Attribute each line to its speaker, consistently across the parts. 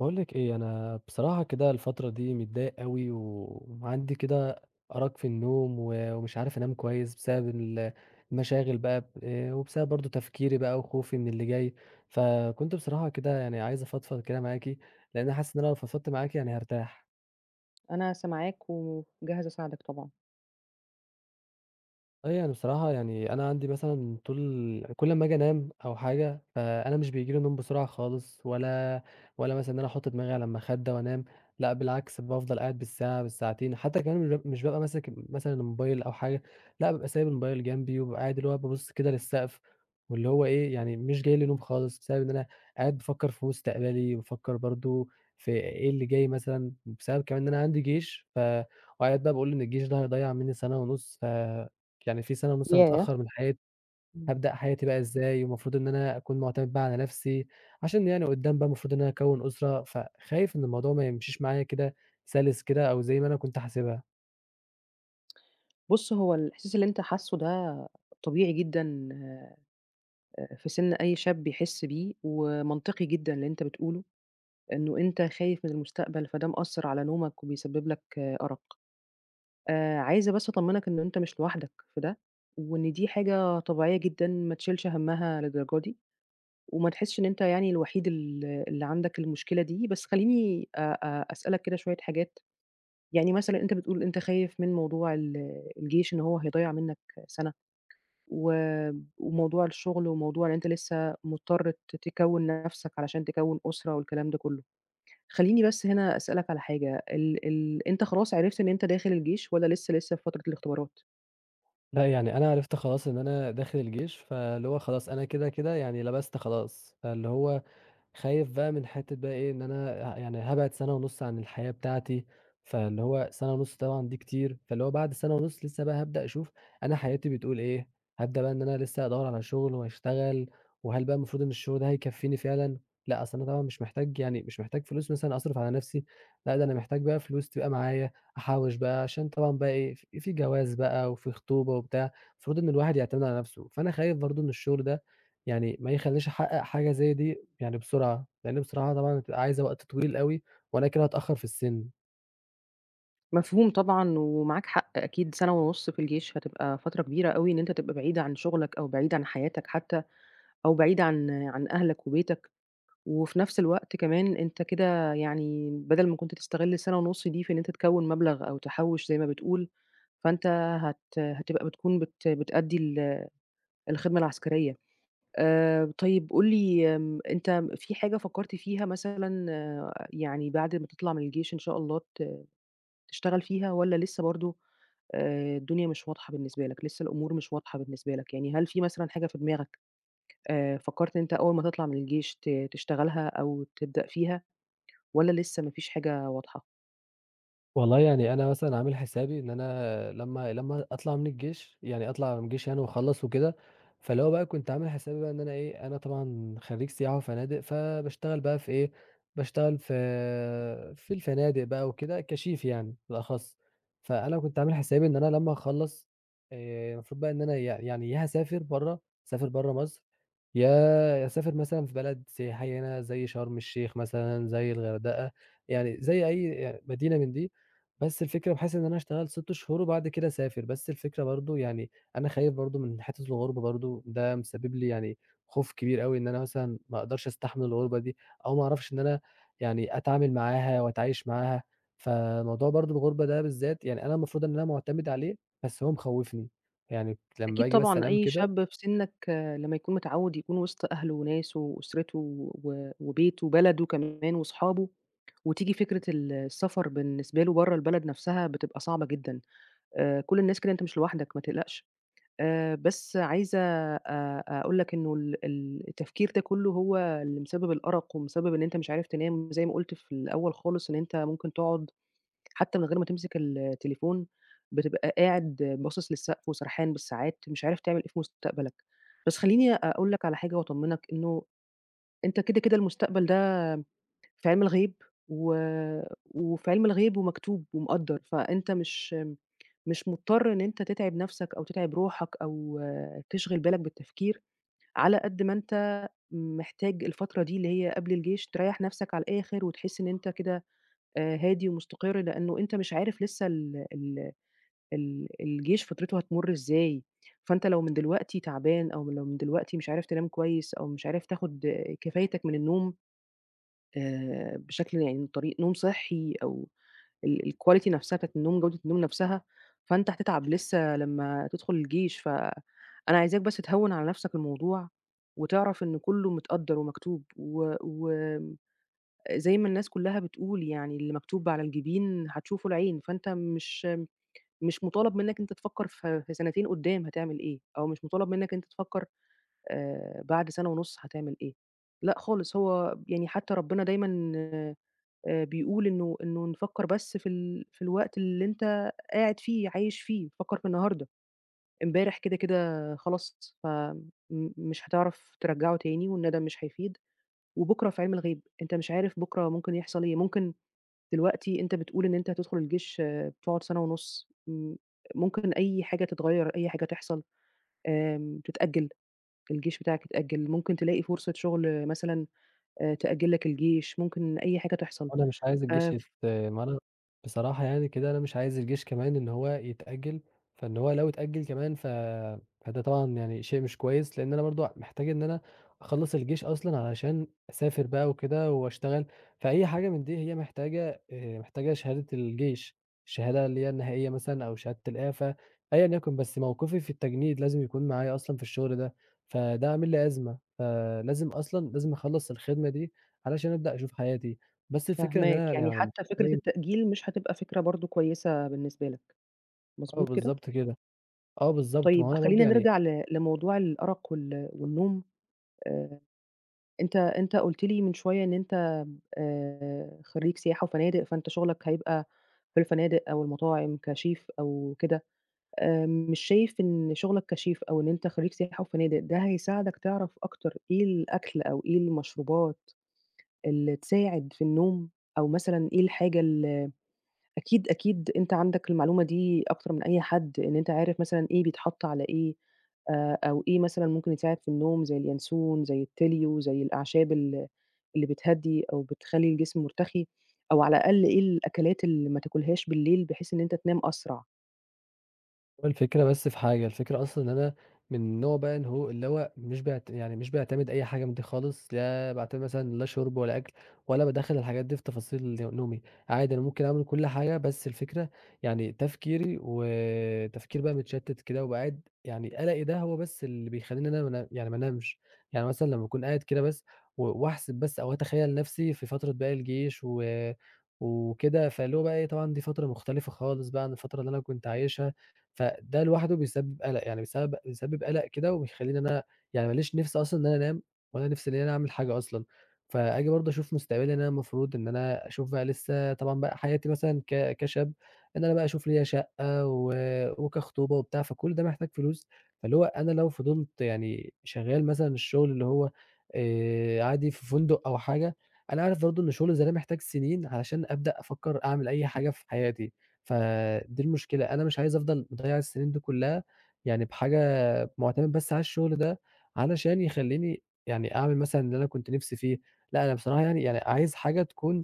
Speaker 1: باقول لِك إيه، أنا بصراحة كده الفترة دي متضايق أوي، وعندي كده أرق في النوم، ومش عارف أنام كويس بسبب المشاغل بقى، وبسبب برضه تفكيري بقى وخوفي من اللي جاي. فكنت بصراحة كده يعني عايز أفضفض كده معاكِ، لأن حاسس إن أنا لو فضفضت معاكِ يعني هارتاح.
Speaker 2: أنا سامعاك وجاهزة أساعدك طبعًا.
Speaker 1: آه، يعني بصراحة يعني أنا عندي مثلًا طول كل أمّا آجي أنام أو حاجة، فأنا مش بييجي لي نوم بسرعة خالص ولا مثلًا إن أنا أحُط دماغي على المخدة وأنام، لأ بالعكس بافضل قاعد بالساعة، بالساعتين، حتى كمان مش بابقى ماسك مثلًا الموبايل أو حاجة، لأ بابقى سايب الموبايل جنبي وبابقى قاعد اللي هو بابُص كده للسقف. واللي هو إيه، يعني مش جاي لي نوم خالص بسبب إن أنا قاعد بافكّر في مستقبلي، وبافكّر برضه في إيه اللي جاي مثلًا، بسبب كمان إن أنا عندي جيش وقاعد بقى باقول إن الجيش ده هيضيّع منّي سَنة ونُص، يعني في سَنة مثلًا
Speaker 2: ياه!
Speaker 1: اتأخّر من حياتي.
Speaker 2: إمم.
Speaker 1: هابدأ حياتي بقى إزاي، والمفروض إن أنا أكون مُعتمِد بقى على نَفْسي، عشان يعني قُدّام بقى المفروض إن أنا أكوّن أسرة، فخايف إن الموضوع ما يمشيش معايا كده سَلِس كده أو زي ما أنا كنت حاسبها.
Speaker 2: بُص، هو الإحساس اللي أنت حاسّه ده طبيعي جدًا في سِن أي شاب يحس بيه، ومنطقي جدًا اللي أنت بتقوله، إنه أنت خايف من المستقبل، فده مأثّر على نومك وبيسبب لك أرق. عايزة بس أطمّنك إن أنت مش لوحدك في ده، وإن دي حاجة طبيعية جدًا ما تشيلش هَمّها للدرجة دي، وما تحسش إن أنت يعني الوحيد اللي عندك المشكلة دي. بس خلّيني أ أ أسألك كده شوية حاجات، يعني مثلًا أنت بتقول أنت خايف من موضوع الجيش إن هو هيضيّع منّك سَنة، و وموضوع الشغل وموضوع إن أنت لسه مضطر تكوّن نَفْسك علشان تكوّن أسرة والكلام ده كُلّه. خلّيني بس هنا أسألك على حاجة، ال ال أنت خلاص عرفت إن أنت داخل الجيش والّا لسه في فترة الاختبارات؟
Speaker 1: لأ، يعني أنا عرفت خلاص إن أنا داخل الجيش، فاللي هو خلاص أنا كده، كده يعني لبَست خلاص. فاللي هو خايف بقى من حتّة بقى إيه، إن أنا يعني هابعد سَنة ونُص عن الحياة بتاعتي، فاللي هو سَنة ونُص طبعًا دي كتير، فاللي هو بعد سَنة ونُص لسه بقى هابدأ أشوف أنا حياتي بتقول إيه، هابدأ بقى إن أنا لسه أدوّر على شُغل وأشتغل، وهل بقى المفروض إن الشُغل ده هيكفّيني فعلًا؟ لأ، أصل أنا طبعًا مش محتاج يعني مش محتاج فلوس مثلًا أصرف على نَفْسي. لأ، ده أنا محتاج بقى فلوس تبقى معايا، أحوّش بقى عشان طبعًا بقى إيه، في جواز بقى وفي خطوبة وبتاع، المفروض إن الواحد يعتمد على نَفْسه. فأنا خايف برضه إن الشُغل ده يعني ما يخلّينيش أحقق حاجة زي دي يعني بسرعة، لإن بصراحة طبعًا هتبقى عايزة وقت طويل أوي، وأنا كده هاتأخّر في السِن.
Speaker 2: مفهوم طبعًا ومعاك حق، أكيد سَنة ونُص في الجيش هتبقى فترة كبيرة أوي إن أنت تبقى بعيد عن شغلك أو بعيد عن حياتك حتى، أو بعيد عن أهلك وبيتك. وفي نفس الوقت كمان أنت كده يعني بدل ما كنت تستغل السنة ونُص دي في إن أنت تكوّن مبلغ أو تحوّش زي ما بتقول، فأنت هتبقى بتكون بت بتأدّي الخدمة العسكرية. طيب قُل لي، أنت في حاجة فكّرت فيها مثلًا، يعني بعد ما تطلع من الجيش إن شاء الله تشتغل فيها، والّا لسه برضه الدنيا مش واضحة بالنسبة لك، لسه الأمور مش واضحة بالنسبة لك؟ يعني هل في مثلًا حاجة في دماغك فكّرت إن أنت أول ما تطلع من الجيش تشتغلها أو تبدأ فيها؟ والّا لسه ما فيش حاجة واضحة؟
Speaker 1: والله يعني أنا مثلًا عامل حسابي إن أنا لمّا أطلع من الجيش، يعني أطلع من الجيش يعني وأخلّص وكده. فاللي هو بقى كنت عامل حسابي بقى إن أنا إيه، أنا طبعًا خرّيج سياحة وفنادق، فباشتغل بقى في إيه، باشتغل في الفنادق بقى وكده كشيف يعني بالأخص. فأنا كنت عامل حسابي إن أنا لمّا أخلّص، المفروض بقى إن أنا يعني يا هاسافر برّه، أسافر برّه مصر، يا يا أسافر مثلًا في بلد سياحية هنا زي شرم الشيخ مثلًا، زي الغردقة، يعني زي أي يعني مدينة من دي. بس الفكرة باحس إن أنا أشتغل 6 شهور وبعد كده أسافر. بس الفكرة برضه يعني أنا خايف برضه من حتّة الغُربة برضه، ده مسبب لي يعني خوف كبير أوي إن أنا مثلًا ما أقدرش أستحمل الغُربة دي، أو ما أعرفش إن أنا يعني أتعامل معاها وأتعايش معاها. فموضوع برضه الغُربة ده بالذات يعني أنا المفروض إن أنا مُعتمد عليه، بس هو مخوّفني. يعني لمّا
Speaker 2: أكيد
Speaker 1: باجي بس
Speaker 2: طبعًا
Speaker 1: أنام
Speaker 2: أي
Speaker 1: كده
Speaker 2: شاب في سنّك، لمّا يكون متعوّد يكون وسط أهله وناسه وأسرته وبيته وبلده كمان وصحابه، وتيجي فكرة السفر بالنسبة له برّه البلد نفسها بتبقى صعبة جدًا. كل الناس كده، أنت مش لوحدك، ما تقلقش. بس عايزة أقول لك إنه ال ال التفكير ده كلّه هو اللي مسبب الأرق ومسبب إن أنت مش عارف تنام، زي ما قُلت في الأول خالص إن أنت ممكن تقعد حتى من غير ما تمسك التليفون، بتبقى قاعد باصص للسقف وسرحان بالساعات، مش عارف تعمل إيه في مستقبلك. بس خلّيني أقول لك على حاجة وأطمنك إنه أنت كده، كده المستقبل ده في علم الغيب و وفي علم الغيب ومكتوب ومقدّر، فأنت مش مضطر إن أنت تتعب نفسك أو تتعب روحك أو، تشغل بالك بالتفكير، على قد ما أنت محتاج الفترة دي اللي هي قبل الجيش تريّح نفسك على الآخر وتحس إن أنت كده هادي ومستقر، لإنه أنت مش عارف لسه ال ال ال الجيش فترته هتمُر إزاي، فأنت لو من دلوقتي تعبان أو لو من دلوقتي مش عارف تنام كويس أو مش عارف تاخُد كفايتك من النوم بشكل يعني طريق نوم صحّي أو الquality نفسها بتاعة النوم، جودة النوم نفسها، فأنت هتتعب لسّه لمّا تدخُل الجيش، فأنا عايزاك بس تهوِّن على نفسك الموضوع وتعرف إن كُلّه متقدَّر ومكتوب و وآمم زي ما الناس كُلّها بتقول، يعني اللي مكتوب على الجبين هتشوفه العين، فأنت مش مطالب منّك أنت تفكّر في سنتين قدّام هتعمل إيه، أو مش مطالب منّك أنت تفكّر بعد سَنة ونُص هتعمل إيه، لأ خالص، هو يعني حتى ربنا دايمًا بيقول إنه نفكّر بس في الوقت اللي أنت قاعد فيه، عايش فيه، فكّر في النهارده، امبارح كده، كده خلاص، ف م مش هتعرف ترجّعه تاني والندم مش هيفيد، وبُكرة في عِلم الغيب، أنت مش عارف بُكرة ممكن يحصل إيه، ممكن دلوقتي أنت بتقول إن أنت هتدخل الجيش، بتقعد سَنة ونُص، ممكن أي حاجة تتغيّر، أي حاجة تحصل، تتأجّل، الجيش بتاعك يتأجّل، ممكن تلاقي فرصة شغل مثلًا تأجّل لك الجيش، ممكن أي حاجة تحصل.
Speaker 1: أنا مش عايز الجيش
Speaker 2: ف
Speaker 1: ما أنا. بصراحة يعني كده أنا مش عايز الجيش كمان إن هو يتأجل، فإن هو لو اتأجل كمان فده طبعًا يعني شيء مش كويس، لإن أنا برضه محتاج إن أنا أخلّص الجيش أصلًا علشان أسافر بقى وكده وأشتغل. فأي حاجة من دي هي محتاجة محتاجة شهادة الجيش، الشهادة اللي هي النهائية مثلًا أو شهادة الإعفا، أيًا يكن. بس موقفي في التجنيد لازم يكون معايا أصلًا في الشغل ده، فده عامل لي أزمة. فلازم أصلًا لازم أخلّص الخدمة دي علشان أبدأ أشوف حياتي. بس الفكرة إن
Speaker 2: فاهماك،
Speaker 1: أنا
Speaker 2: يعني
Speaker 1: يعني.
Speaker 2: حتى فكرة
Speaker 1: أيوه،
Speaker 2: التأجيل مش هتبقى فكرة برضه كويسة بالنسبة لك،
Speaker 1: آه
Speaker 2: مضبوط كده؟
Speaker 1: بالضبط كده. آه بالضبط، ما هو
Speaker 2: طيب
Speaker 1: أنا برضه
Speaker 2: خلّينا
Speaker 1: يعني.
Speaker 2: نرجع لموضوع الأرق والنوم. آآ أنت قُلت لي من شوية إن أنت خرّيج سياحة وفنادق، فأنت شغلك هيبقى في الفنادق أو المطاعم كchef أو كده. مش شايف إن شغلك كchef أو إن أنت خرّيج سياحة وفنادق ده هيساعدك تعرف أكتر إيه الأكل أو إيه المشروبات اللي تساعد في النوم، أو مثلًا إيه الحاجة ال، أكيد، أكيد أنت عندك المعلومة دي أكتر من أي حد، إن أنت عارف مثلًا إيه بيتحط على إيه، أو إيه مثلًا ممكن يساعد في النوم زي اليانسون، زي التِليو، زي الأعشاب اللي بتهدّي أو بتخلّي الجسم مُرتخي، أو على الأقل إيه الأكلات اللي ما تاكلهاش بالليل بحيث إن أنت تنام أسرع.
Speaker 1: هو الفكرة بس في حاجة، الفكرة أصلًا إن أنا من نوع بقى إن هو اللي هو مش باعتمد أي حاجة من دي خالص، لا باعتمد مثلًا لا شرب ولا أكل ولا بادخّل الحاجات دي في تفاصيل نومي. عادي أنا ممكن أعمل كل حاجة. بس الفكرة يعني تفكيري وتفكير بقى متشتت كده وابقى قاعد يعني قلقي ده هو بس اللي بيخلّيني إن أنا ما أنا يعني ما انامش. يعني مثلًا لمّا أكون قاعد كده بس واحسب بس أو أتخيّل نفسي في فترة بقى الجيش وكده، فاللي هو بقى إيه طبعًا دي فترة مختلفة خالص بقى عن الفترة اللي أنا كنت عايشها. فده لوحده بيسبب قلق، يعني بيسبب قلق كده وبيخلّيني إن أنا يعني ما ليش نِفْس أصلًا إن أنا أنام ولا نِفْس إن أنا أعمل حاجة أصلًا. فآجي برضه أشوف مستقبلي إن أنا المفروض إن أنا أشوف بقى لسه طبعًا بقى حياتي مثلًا كشاب، إن أنا بقى أشوف ليّا شقة وكخطوبة وبتاع، فكل ده محتاج فلوس. فاللي هو أنا لو فضلت يعني شغّال مثلًا الشغل اللي هو عادي في فندق أو حاجة، أنا عارف برضه إن شغل زي ده محتاج سنين علشان أبدأ أفكّر أعمل أي حاجة في حياتي. فدي المشكلة، أنا مش عايز أفضل مضيّع السنين دي كلّها يعني بحاجة مُعتمد بس على الشغل ده، علشان يخلّيني يعني أعمل مثلًا اللي أنا كنت نِفْسي فيه. لأ أنا بصراحة يعني عايز حاجة تكون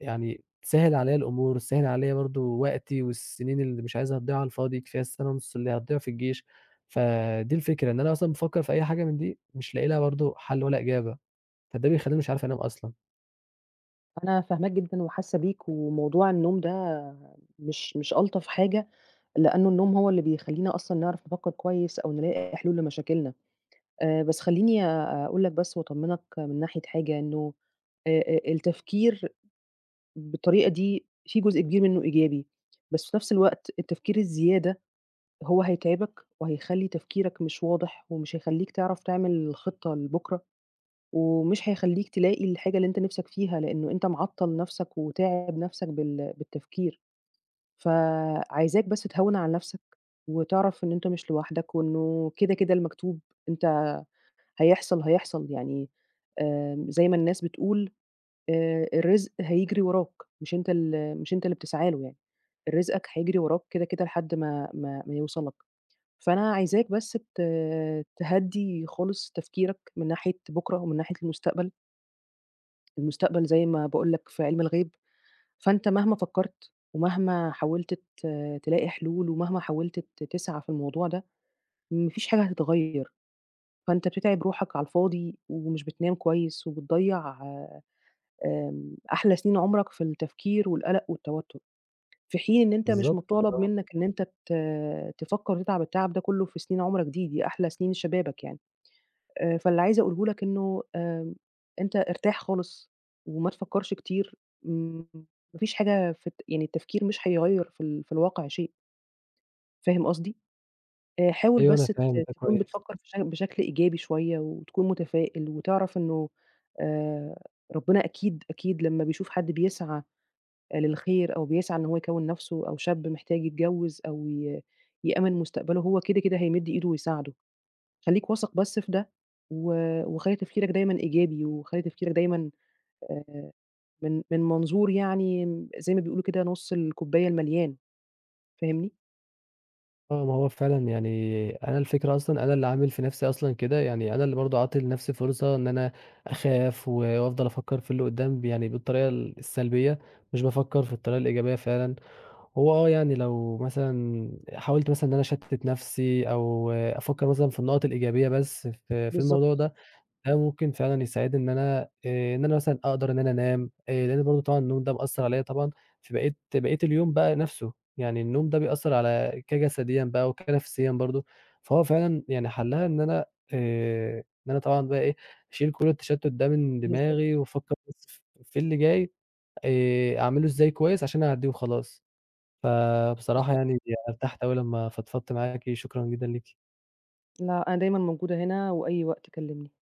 Speaker 1: يعني تسهّل عليَّ الأمور، تسهّل عليَّ برضه وقتي والسنين اللي مش عايز أضيّعها على الفاضي، كفاية السَنة ونُص اللي هتضيع في الجيش. فدي الفكرة، إن أنا أصلًا بافكّر في أي حاجة من دي مش لاقي لها برضه حَل ولا إجابة، فده بيخلّيني مش عارف أنام أصلًا.
Speaker 2: أنا فاهماك جدًا وحاسة بيك، وموضوع النوم ده مش ألطف حاجة، لأنه النوم هو اللي بيخلّينا أصلًا نعرف نفكّر كويس أو نلاقي حلول لمشاكلنا. بس خلّيني أقول لك بس وأطمنك من ناحية حاجة إنه التفكير بالطريقة دي في جزء كبير منّه إيجابي، بس في نفس الوقت التفكير الزيادة هو هيتعبك وهيخلّي تفكيرك مش واضح ومش هيخلّيك تعرف تعمل خطة لبُكرة ومش هيخلّيك تلاقي الحاجة اللي أنت نِفْسك فيها، لإنه أنت معطّل نَفْسك وتاعب نَفْسك بالتفكير. فعايزاك بس تهوِّن على نَفْسك وتعرف إن أنت مش لوحدك وإنه كده، كده المكتوب أنت هيحصل، هيحصل. يعني زي ما الناس بتقول، الرزق هيجري وراك، مش أنت مش أنت اللي بتسعى له يعني، رزقك هيجري وراك كده، كده لحد ما يوصل لك. فأنا عايزاك بس تهدّي خالص تفكيرك من ناحية بُكرة ومن ناحية المستقبل، المستقبل زي ما باقول لك في عِلم الغيب، فأنت مهما فكّرت ومهما حاولت تلاقي حلول ومهما حاولت تسعى في الموضوع ده، ما فيش حاجة هتتغيّر، فأنت بتتعب روحك على الفاضي ومش بتنام كويس وبتضيّع أحلى سنين عمرك في التفكير والقلق والتوتر، في حين إن أنت مش
Speaker 1: بالضبط كده،
Speaker 2: مطالب
Speaker 1: آه.
Speaker 2: منّك إن أنت تفكّر وتتعب التعب ده كلّه في سنين عمرك دي، دي أحلى سنين شبابك يعني. فاللي عايزة أقوله لك إنه، أنت ارتاح خالص وما تفكّرش كتير، م ما فيش حاجة في الت يعني التفكير مش هيغيّر في الواقع شيء، فاهم قصدي؟ حاول
Speaker 1: أيوه
Speaker 2: بس
Speaker 1: أنا فاهم ده
Speaker 2: تكون
Speaker 1: كويس.
Speaker 2: بتفكّر بشكل إيجابي شوية وتكون متفائل وتعرف إنه، آآ، ربنا أكيد، أكيد لمّا بيشوف حد بيسعى للخير أو بيسعى إن هو يكوّن نَفْسه أو شاب محتاج يتجوّز أو يأمِّن مستقبله، هو كده، كده هيمِد إيده ويساعده. خلّيك واثق بس في ده و وخلّي تفكيرك دايمًا إيجابي وخلّي تفكيرك دايمًا آآ من منظور يعني زي ما بيقولوا كده نُص الكوباية المليان، فاهمني؟
Speaker 1: آه، ما هو فعلًا يعني أنا الفكرة أصلًا أنا اللي عامل في نَفْسي أصلًا كده، يعني أنا اللي برضه عاطي لنَفْسي فرصة إن أنا أخاف وأفضل أفكّر في اللي قُدّام يعني بالطريقة السلبية، مش بافكّر في الطريقة الإيجابية فعلًا. هو آه، يعني لو مثلًا حاولت مثلًا إن أنا أشتِّت نَفْسي أو أفكّر مثلًا في النقط الإيجابية بس في الموضوع
Speaker 2: بالضبط،
Speaker 1: ده، ده ممكن فعلًا يساعدني إن أنا، إن أنا مثلًا أقدر إن أنا أنام، لإن برضه طبعًا النوم ده مأثّر عليَّ طبعًا في بقية اليوم بقى نَفْسه، يعني النوم ده بيأثّر على كجسديًا بقى وكنفسيًا برضه. فهو فعلًا يعني حلّها إن أنا، آآ، إن أنا طبعًا بقى إيه، أشيل كل التشتُّت ده من دماغي
Speaker 2: بالضبط،
Speaker 1: وأفكّر بس في اللي جاي، أعمله إزاي كويس عشان أعدّيه وخلاص. فبصراحة يعني
Speaker 2: بالضبط.
Speaker 1: أنا ارتحت أوي لمّا فضفضت معاكِ، شكرًا جدًا ليكِ.
Speaker 2: لأ، أنا دايمًا موجودة هنا وأي وقت كلِّمني.